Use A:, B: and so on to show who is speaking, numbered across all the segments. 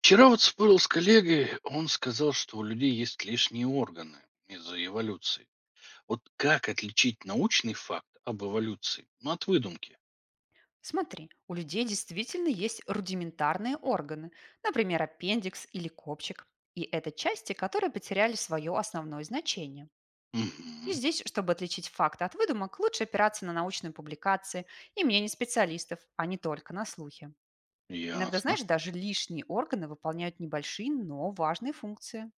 A: Вчера вот спорил с коллегой, он сказал, что у людей есть лишние органы из-за эволюции. Вот как отличить научный факт об эволюции ну, от выдумки?
B: Смотри, у людей действительно есть рудиментарные органы, например, аппендикс или копчик. И это части, которые потеряли свое основное значение. И
A: Мгм,
B: здесь, чтобы отличить факт от выдумок, лучше опираться на научные публикации и мнение специалистов, а не только на слухи. Иногда,
A: ясно.
B: знаешь, даже лишние органы выполняют небольшие, но важные функции.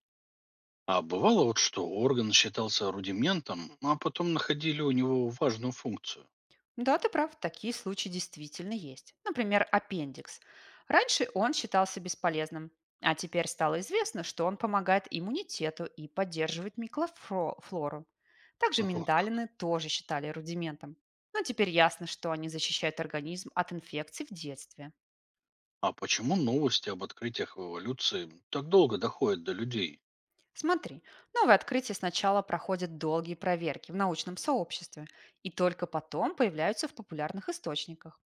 A: А бывало вот, что орган считался рудиментом, а потом находили у него важную функцию.
B: Да, ты прав, такие случаи действительно есть. Например, аппендикс. Раньше он считался бесполезным, а теперь стало известно, что он помогает иммунитету и поддерживает микрофлору. Также
A: Вот как.
B: миндалины тоже считали рудиментом. Но теперь ясно, что они защищают организм от инфекций в детстве.
A: А почему новости об открытиях в эволюции так долго доходят до людей?
B: Смотри, новые открытия сначала проходят долгие проверки в научном сообществе и только потом появляются в популярных источниках.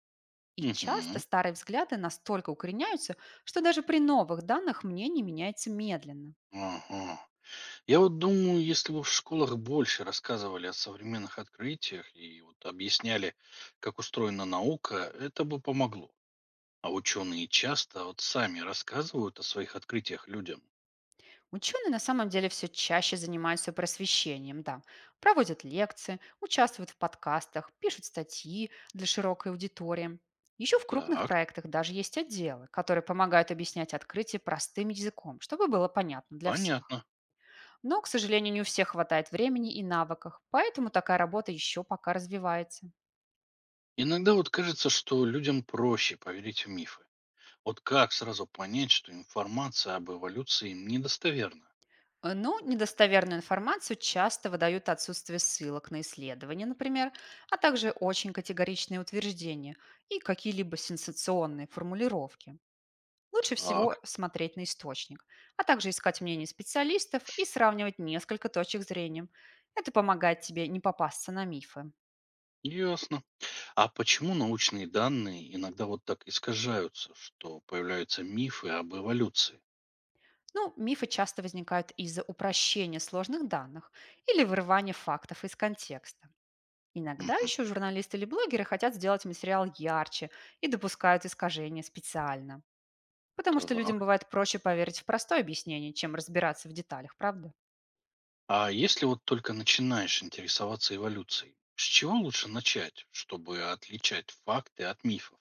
B: И часто
A: Угу.
B: старые взгляды настолько укореняются, что даже при новых данных мнение меняется медленно.
A: Ага. Я вот думаю, если бы в школах больше рассказывали о современных открытиях и вот объясняли, как устроена наука, это бы помогло. А ученые часто вот сами рассказывают о своих открытиях людям.
B: Ученые на самом деле все чаще занимаются просвещением, да. Проводят лекции, участвуют в подкастах, пишут статьи для широкой аудитории. Еще в крупных
A: Так,
B: проектах даже есть отделы, которые помогают объяснять открытие простым языком, чтобы было понятно для всех.
A: понятно.
B: Но, к сожалению, не у всех хватает времени и навыков, поэтому такая работа еще пока развивается.
A: Иногда вот кажется, что людям проще поверить в мифы. Вот как сразу понять, что информация об эволюции недостоверна?
B: Ну, недостоверную информацию часто выдают отсутствие ссылок на исследования, например, а также очень категоричные утверждения и какие-либо сенсационные формулировки. Лучше всего
A: Так,
B: смотреть на источник, а также искать мнение специалистов и сравнивать несколько точек зрения. Это помогает тебе не попасться на мифы.
A: ясно. А почему научные данные иногда вот так искажаются, что появляются мифы об эволюции?
B: Ну, мифы часто возникают из-за упрощения сложных данных или вырывания фактов из контекста. Иногда еще журналисты или блогеры хотят сделать материал ярче и допускают искажения специально. Потому что
A: Так.
B: людям бывает проще поверить в простое объяснение, чем разбираться в деталях, правда?
A: А если вот только начинаешь интересоваться эволюцией, с чего лучше начать, чтобы отличать факты от мифов?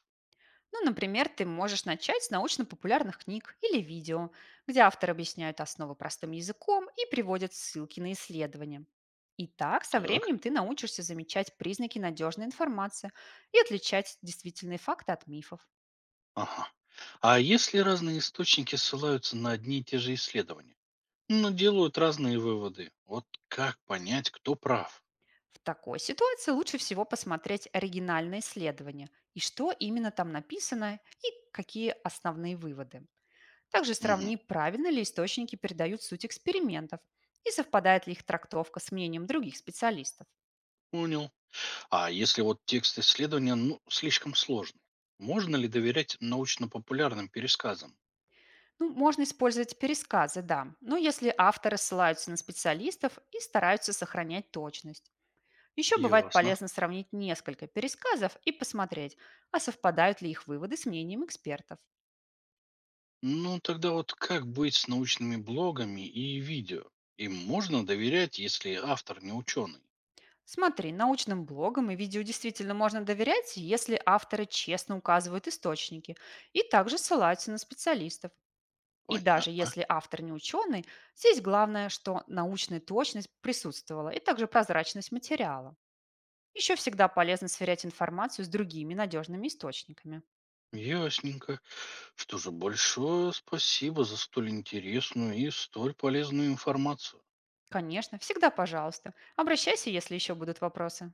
B: Ну, например, ты можешь начать с научно-популярных книг или видео, где автор объясняет основы простым языком и приводит ссылки на исследования. И так со
A: Так.
B: временем ты научишься замечать признаки надежной информации и отличать действительные факты от мифов.
A: Ага. А если разные источники ссылаются на одни и те же исследования, но делают разные выводы, вот как понять, кто прав?
B: В такой ситуации лучше всего посмотреть оригинальные исследования и что именно там написано и какие основные выводы. Также
A: Мгм.
B: сравни, правильно ли источники передают суть экспериментов и совпадает ли их трактовка с мнением других специалистов.
A: Понял. А если вот текст исследования ну, слишком сложный, можно ли доверять научно-популярным пересказам?
B: Ну, можно использовать пересказы, да, но если авторы ссылаются на специалистов и стараются сохранять точность. Еще бывает
A: Ясно.
B: полезно сравнить несколько пересказов и посмотреть, а совпадают ли их выводы с мнением экспертов.
A: Ну, тогда вот как быть с научными блогами и видео? Им можно доверять, если автор не ученый?
B: Смотри, научным блогам и видео действительно можно доверять, если авторы честно указывают источники и также ссылаются на специалистов. И даже
A: Понятно.
B: если автор не ученый, здесь главное, что научная точность присутствовала и также прозрачность материала. Еще всегда полезно сверять информацию с другими надежными источниками.
A: Ясненько. Что же, большое спасибо за столь интересную и столь полезную информацию.
B: Конечно, всегда пожалуйста. Обращайся, если еще будут вопросы.